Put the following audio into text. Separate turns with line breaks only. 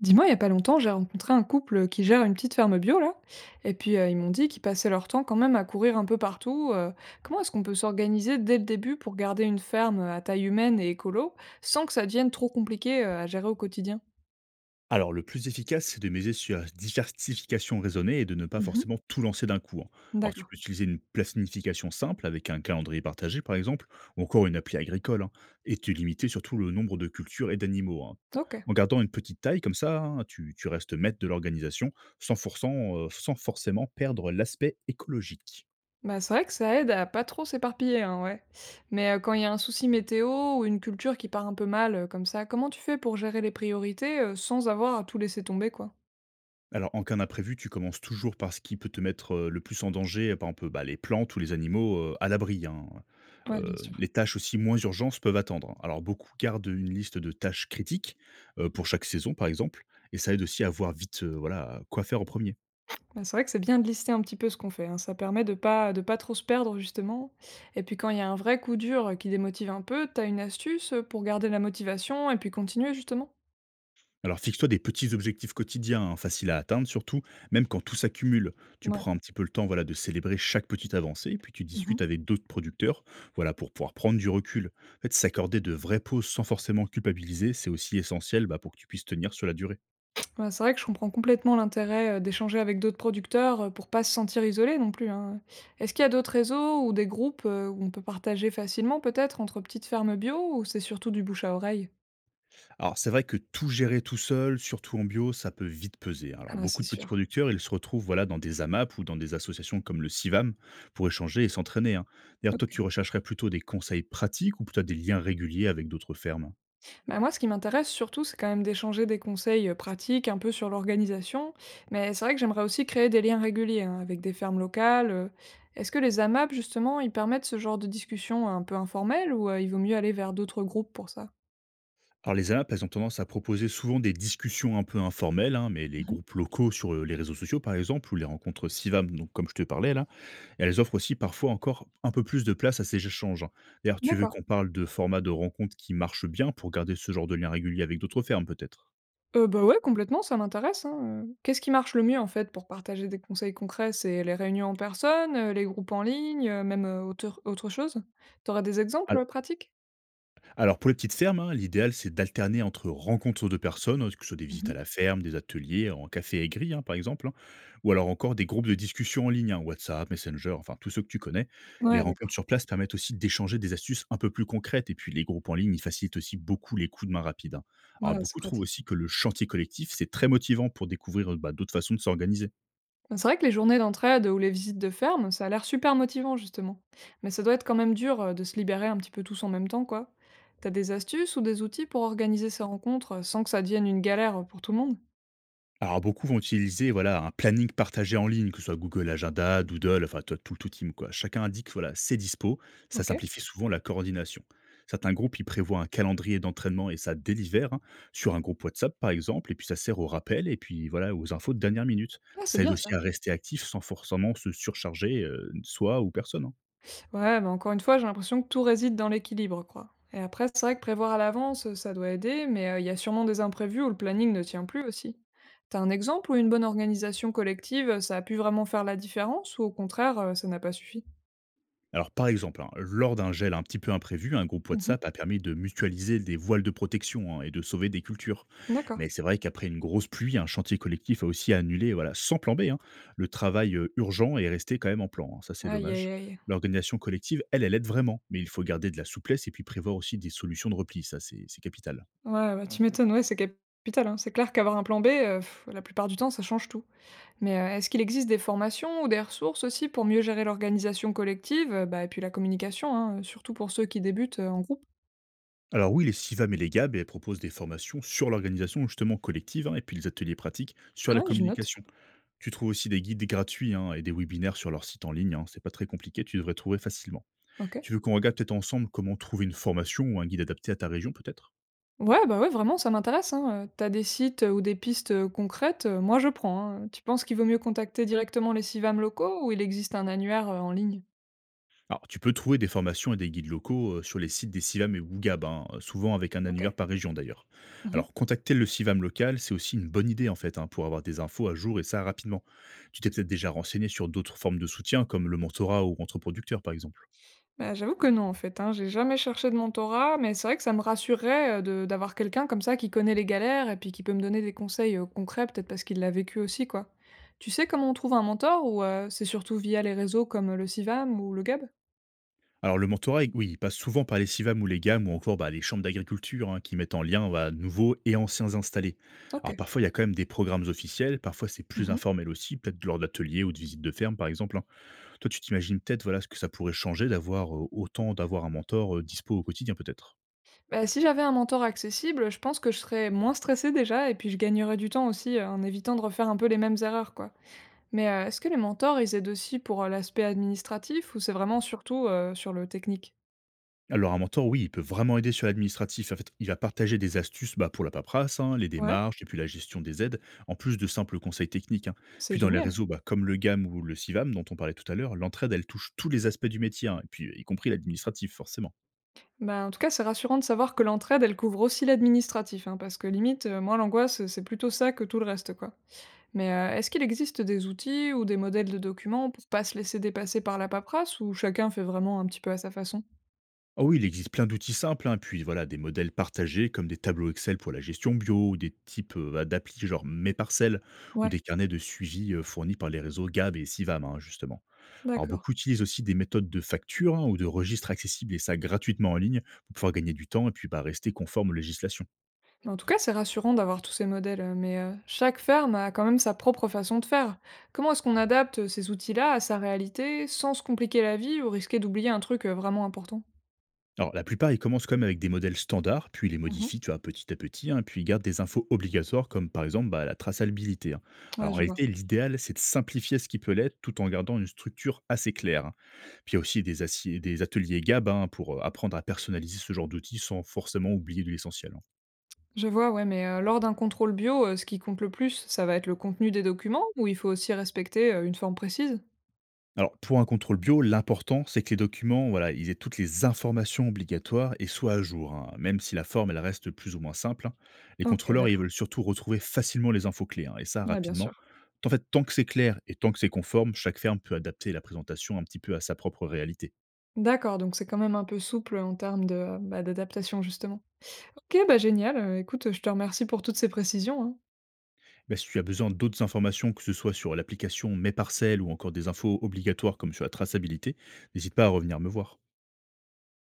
Dis-moi, il y a pas longtemps, j'ai rencontré un couple qui gère une petite ferme bio là, et puis ils m'ont dit qu'ils passaient leur temps quand même à courir un peu partout. Comment est-ce qu'on peut s'organiser dès le début pour garder une ferme à taille humaine et écolo sans que ça devienne trop compliqué à gérer au quotidien?
Alors, le plus efficace, c'est de miser sur la diversification raisonnée et de ne pas
Mhm.
forcément tout lancer d'un coup, hein. Alors, tu
D'accord.
peux utiliser une planification simple avec un calendrier partagé, par exemple, ou encore une appli agricole, hein, et te limiter surtout le nombre de cultures et d'animaux, hein.
Ok.
En gardant une petite taille comme ça, hein, tu restes maître de l'organisation sans forcément perdre l'aspect écologique.
Bah, c'est vrai que ça aide à pas trop s'éparpiller, hein, ouais. Mais quand il y a un souci météo ou une culture qui part un peu mal comme ça, comment tu fais pour gérer les priorités sans avoir à tout laisser tomber, quoi?
Alors, en cas d'imprévu, tu commences toujours par ce qui peut te mettre, le plus en danger, par exemple, bah, les plantes ou les animaux, à l'abri, hein.
Ouais,
Heu,
bien sûr.
les tâches aussi moins urgentes peuvent attendre. Alors beaucoup gardent une liste de tâches critiques, pour chaque saison par exemple, et ça aide aussi à voir vite, voilà, quoi faire en premier.
Bah, c'est vrai que c'est bien de lister un petit peu ce qu'on fait, hein. Ça permet de pas trop se perdre justement. Et puis quand il y a un vrai coup dur, qui démotive un peu, t'as une astuce, pour garder la motivation et puis continuer justement?
Alors fixe-toi des petits objectifs quotidiens, hein, faciles à atteindre surtout, même quand tout s'accumule. Tu
Mouais.
prends un petit peu le temps, voilà, de célébrer chaque petite avancée, puis tu
Mmh.
discutes avec d'autres producteurs, voilà, pour pouvoir prendre du recul. En fait, s'accorder de vraies pauses sans forcément culpabiliser, c'est aussi essentiel, bah, pour que tu puisses tenir sur la durée.
Ouais, c'est vrai que je comprends complètement l'intérêt, d'échanger avec d'autres producteurs, pour pas se sentir isolé non plus, hein. Est-ce qu'il y a d'autres réseaux ou des groupes, où on peut partager facilement peut-être entre petites fermes bio ou c'est surtout du bouche à oreille?
Alors c'est vrai que tout gérer tout seul, surtout en bio, ça peut vite peser, hein.
Ah
Alors
ouais, oui,
beaucoup
c'est
de petits
sûr.
producteurs, ils se retrouvent, voilà, dans des AMAP ou dans des associations comme le CIVAM pour échanger et s'entraîner, hein. D'ailleurs, toi,
OK.
tu rechercherais plutôt des conseils pratiques ou plutôt des liens réguliers avec d'autres fermes?
Bah, moi, ce qui m'intéresse surtout, c'est quand même d'échanger des conseils pratiques un peu sur l'organisation. Mais c'est vrai que j'aimerais aussi créer des liens réguliers hein, avec des fermes locales. Est-ce que les AMAP, justement, ils permettent ce genre de discussion un peu informelle ou il vaut mieux aller vers d'autres groupes pour ça?
Alors les apps, elles ont tendance à proposer souvent des discussions un peu informelles, hein, mais les
Mhm.
groupes locaux sur les réseaux sociaux, par exemple, ou les rencontres CIVAM, donc comme je te parlais là, elles offrent aussi parfois encore un peu plus de place à ces échanges, hein. D'ailleurs, tu veux
D'accord.
qu'on parle de formats de rencontres qui marchent bien pour garder ce genre de lien régulier avec d'autres fermes, peut-être?
Bah, ouais, complètement, ça m'intéresse. Hein. Qu'est-ce qui marche le mieux en fait pour partager des conseils concrets? C'est les réunions en personne, les groupes en ligne, même autre chose? T'aurais des exemples pratiques?
Alors pour les petites fermes, hein, l'idéal c'est d'alterner entre rencontres de personnes, hein, que ce soit des visites à
Mhm.
la ferme, des ateliers, en café aigri hein, par exemple, hein, ou alors encore des groupes de discussion en ligne, hein, WhatsApp, Messenger, enfin tous ceux que tu connais. Les
Ouais, d'accord.
rencontres sur place permettent aussi d'échanger des astuces un peu plus concrètes, et puis les groupes en ligne, ils facilitent aussi beaucoup les coups de main rapides, hein. Alors
Ouais, c'est
beaucoup trouvent
pratique.
aussi que le chantier collectif, c'est très motivant pour découvrir bah, d'autres façons de s'organiser.
C'est vrai que les journées d'entraide ou les visites de ferme, ça a l'air super motivant justement. Mais ça doit être quand même dur de se libérer un petit peu tous en même temps, quoi. T'as des astuces ou des outils pour organiser ces rencontres sans que ça devienne une galère pour tout le monde?
Alors beaucoup vont utiliser, voilà, un planning partagé en ligne, que ce soit Google Agenda, Doodle, enfin toi, tout team quoi. Chacun indique, voilà, ses dispos, ça
Ok.
simplifie souvent la coordination. Certains groupes y prévoient un calendrier d'entraînement et ça délivère hein, sur un groupe WhatsApp par exemple, et puis ça sert au rappel et puis voilà aux infos de dernière minute.
Ah, c'est
Ça aide
bien ça.
aussi à rester actif sans forcément se surcharger, soi ou personne, hein.
Ouais, bah encore une fois, j'ai l'impression que tout réside dans l'équilibre, quoi. Et après, c'est vrai que prévoir à l'avance, ça doit aider, mais il y a sûrement des imprévus où le planning ne tient plus aussi. T'as un exemple où une bonne organisation collective, ça a pu vraiment faire la différence, ou au contraire, ça n'a pas suffi?
Alors, par exemple, hein, lors d'un gel un petit peu imprévu, un groupe
Mhm.
WhatsApp a permis de mutualiser des voiles de protection hein, et de sauver des cultures.
D'accord.
Mais c'est vrai qu'après une grosse pluie, un chantier collectif a aussi annulé, voilà, sans plan B, hein, le travail urgent est resté quand même en plan, hein, ça, c'est
Aïe, aïe,
dommage.
aïe.
L'organisation collective, elle, elle aide vraiment, mais il faut garder de la souplesse et puis prévoir aussi des solutions de repli. Ça, c'est capital.
Ouais, bah, tu m'étonnes, ouais, c'est capital, hein. C'est clair qu'avoir un plan B, la plupart du temps, ça change tout. Mais, est-ce qu'il existe des formations ou des ressources aussi pour mieux gérer l'organisation collective, bah, et puis la communication, hein, surtout pour ceux qui débutent, en groupe?
Alors oui, les SIVAM et les GAB elles proposent des formations sur l'organisation justement collective hein, et puis les ateliers pratiques sur la
Ouais, je note.
communication. Tu trouves aussi des guides gratuits hein, et des webinaires sur leur site en ligne, hein, c'est pas très compliqué, tu devrais trouver facilement.
OK.
Tu veux qu'on regarde peut-être ensemble comment trouver une formation ou un guide adapté à ta région, peut-être?
Ouais, bah, ouais, vraiment, ça m'intéresse, hein, tu des sites, ou des pistes, concrètes, moi je prends, hein. Tu penses qu'il vaut mieux contacter directement les CIVAM locaux ou il existe un annuaire, en ligne?
Alors tu peux trouver des formations et des guides locaux sur les sites des CIVAM et Woogab, hein, souvent avec un annuaire
OK.
par région d'ailleurs.
Mmh.
Alors contacter le CIVAM local, c'est aussi une bonne idée en fait hein, pour avoir des infos à jour et ça rapidement. Tu t'es peut-être déjà renseigné sur d'autres formes de soutien comme le mentorat ou entre producteurs par exemple.
Bah, j'avoue que non, en fait, hein. J'ai jamais cherché de mentorat, mais c'est vrai que ça me rassurerait, de d'avoir quelqu'un comme ça qui connaît les galères et puis qui peut me donner des conseils, concrets, peut-être parce qu'il l'a vécu aussi, quoi. Tu sais comment on trouve un mentor ou, c'est surtout via les réseaux comme le Civam ou le Gab?
Alors le mentorat, oui, il passe souvent par les CIVAM ou les GAM ou encore bah, les chambres d'agriculture hein, qui mettent en lien bah, nouveaux et anciens installés. Alors
OK.
parfois, il y a quand même des programmes officiels, parfois c'est plus
Mmh.
informel aussi, peut-être lors d'ateliers ou de visites de ferme par exemple, hein. Toi, tu t'imagines peut-être, voilà, ce que ça pourrait changer d'avoir autant d'avoir un mentor dispo au quotidien, peut-être?
Bah, si j'avais un mentor accessible, je pense que je serais moins stressée déjà et puis je gagnerais du temps aussi, en évitant de refaire un peu les mêmes erreurs, quoi. Mais, est-ce que les mentors, ils aident aussi pour, l'aspect administratif ou c'est vraiment surtout, sur le technique?
Alors un mentor, oui, il peut vraiment aider sur l'administratif. En fait, il va partager des astuces bah, pour la paperasse, hein, les
Ouais,
démarches et puis la gestion des aides, en plus de simples conseils techniques, hein.
c'est
Puis dans les
génial.
réseaux bah, comme le GAM ou le SIVAM dont on parlait tout à l'heure, l'entraide, elle touche tous les aspects du métier, hein, et puis y compris l'administratif, forcément.
Bah, en tout cas, c'est rassurant de savoir que l'entraide, elle couvre aussi l'administratif, hein, parce que limite, moi, l'angoisse, c'est plutôt ça que tout le reste, quoi. Mais est-ce qu'il existe des outils ou des modèles de documents pour pas se laisser dépasser par la paperasse, ou chacun fait vraiment un petit peu à sa façon?
Ah oui, il existe plein d'outils simples, hein, puis voilà, des modèles partagés comme des tableaux Excel pour la gestion bio, ou des types d'applis genre Mes Parcelles, ou
Ouais,
des carnets de suivi fournis par les réseaux GAB et SIVAM hein, justement. Alors
d'accord.
beaucoup utilisent aussi des méthodes de facture hein, ou de registre accessible et ça gratuitement en ligne pour pouvoir gagner du temps et puis bah, rester conforme aux législations.
Mais en tout cas, c'est rassurant d'avoir tous ces modèles, mais chaque ferme a quand même sa propre façon de faire. Comment est-ce qu'on adapte ces outils-là à sa réalité sans se compliquer la vie ou risquer d'oublier un truc vraiment important?
Alors la plupart ils commencent quand même avec des modèles standards, puis ils les modifient
Mhm.
tu vois, petit à petit, hein, puis ils gardent des infos obligatoires comme par exemple bah, la traçabilité, hein.
Ouais,
Alors en
je vois.
réalité l'idéal c'est de simplifier ce qui peut l'être tout en gardant une structure assez claire, hein. Puis il y a aussi des ateliers GAB hein, pour apprendre à personnaliser ce genre d'outils sans forcément oublier de l'essentiel.
Je vois, ouais, mais lors d'un contrôle bio, ce qui compte le plus, ça va être le contenu des documents ou il faut aussi respecter une forme précise?
Alors, pour un contrôle bio, l'important, c'est que les documents, voilà, ils aient toutes les informations obligatoires et soient à jour, hein, même si la forme, elle reste plus ou moins simple, hein. Les
Ok,
contrôleurs, ils
d'accord.
veulent surtout retrouver facilement les infos clés, hein, et ça
Ouais, bien
rapidement.
sûr.
En fait, tant que c'est clair et tant que c'est conforme, chaque ferme peut adapter la présentation un petit peu à sa propre réalité.
D'accord, donc c'est quand même un peu souple en termes de, bah, d'adaptation, justement. Ok, bah génial. Écoute, je te remercie pour toutes ces précisions, hein.
Bah, si tu as besoin d'autres informations, que ce soit sur l'application Mes Parcelles ou encore des infos obligatoires comme sur la traçabilité, n'hésite pas à revenir me voir.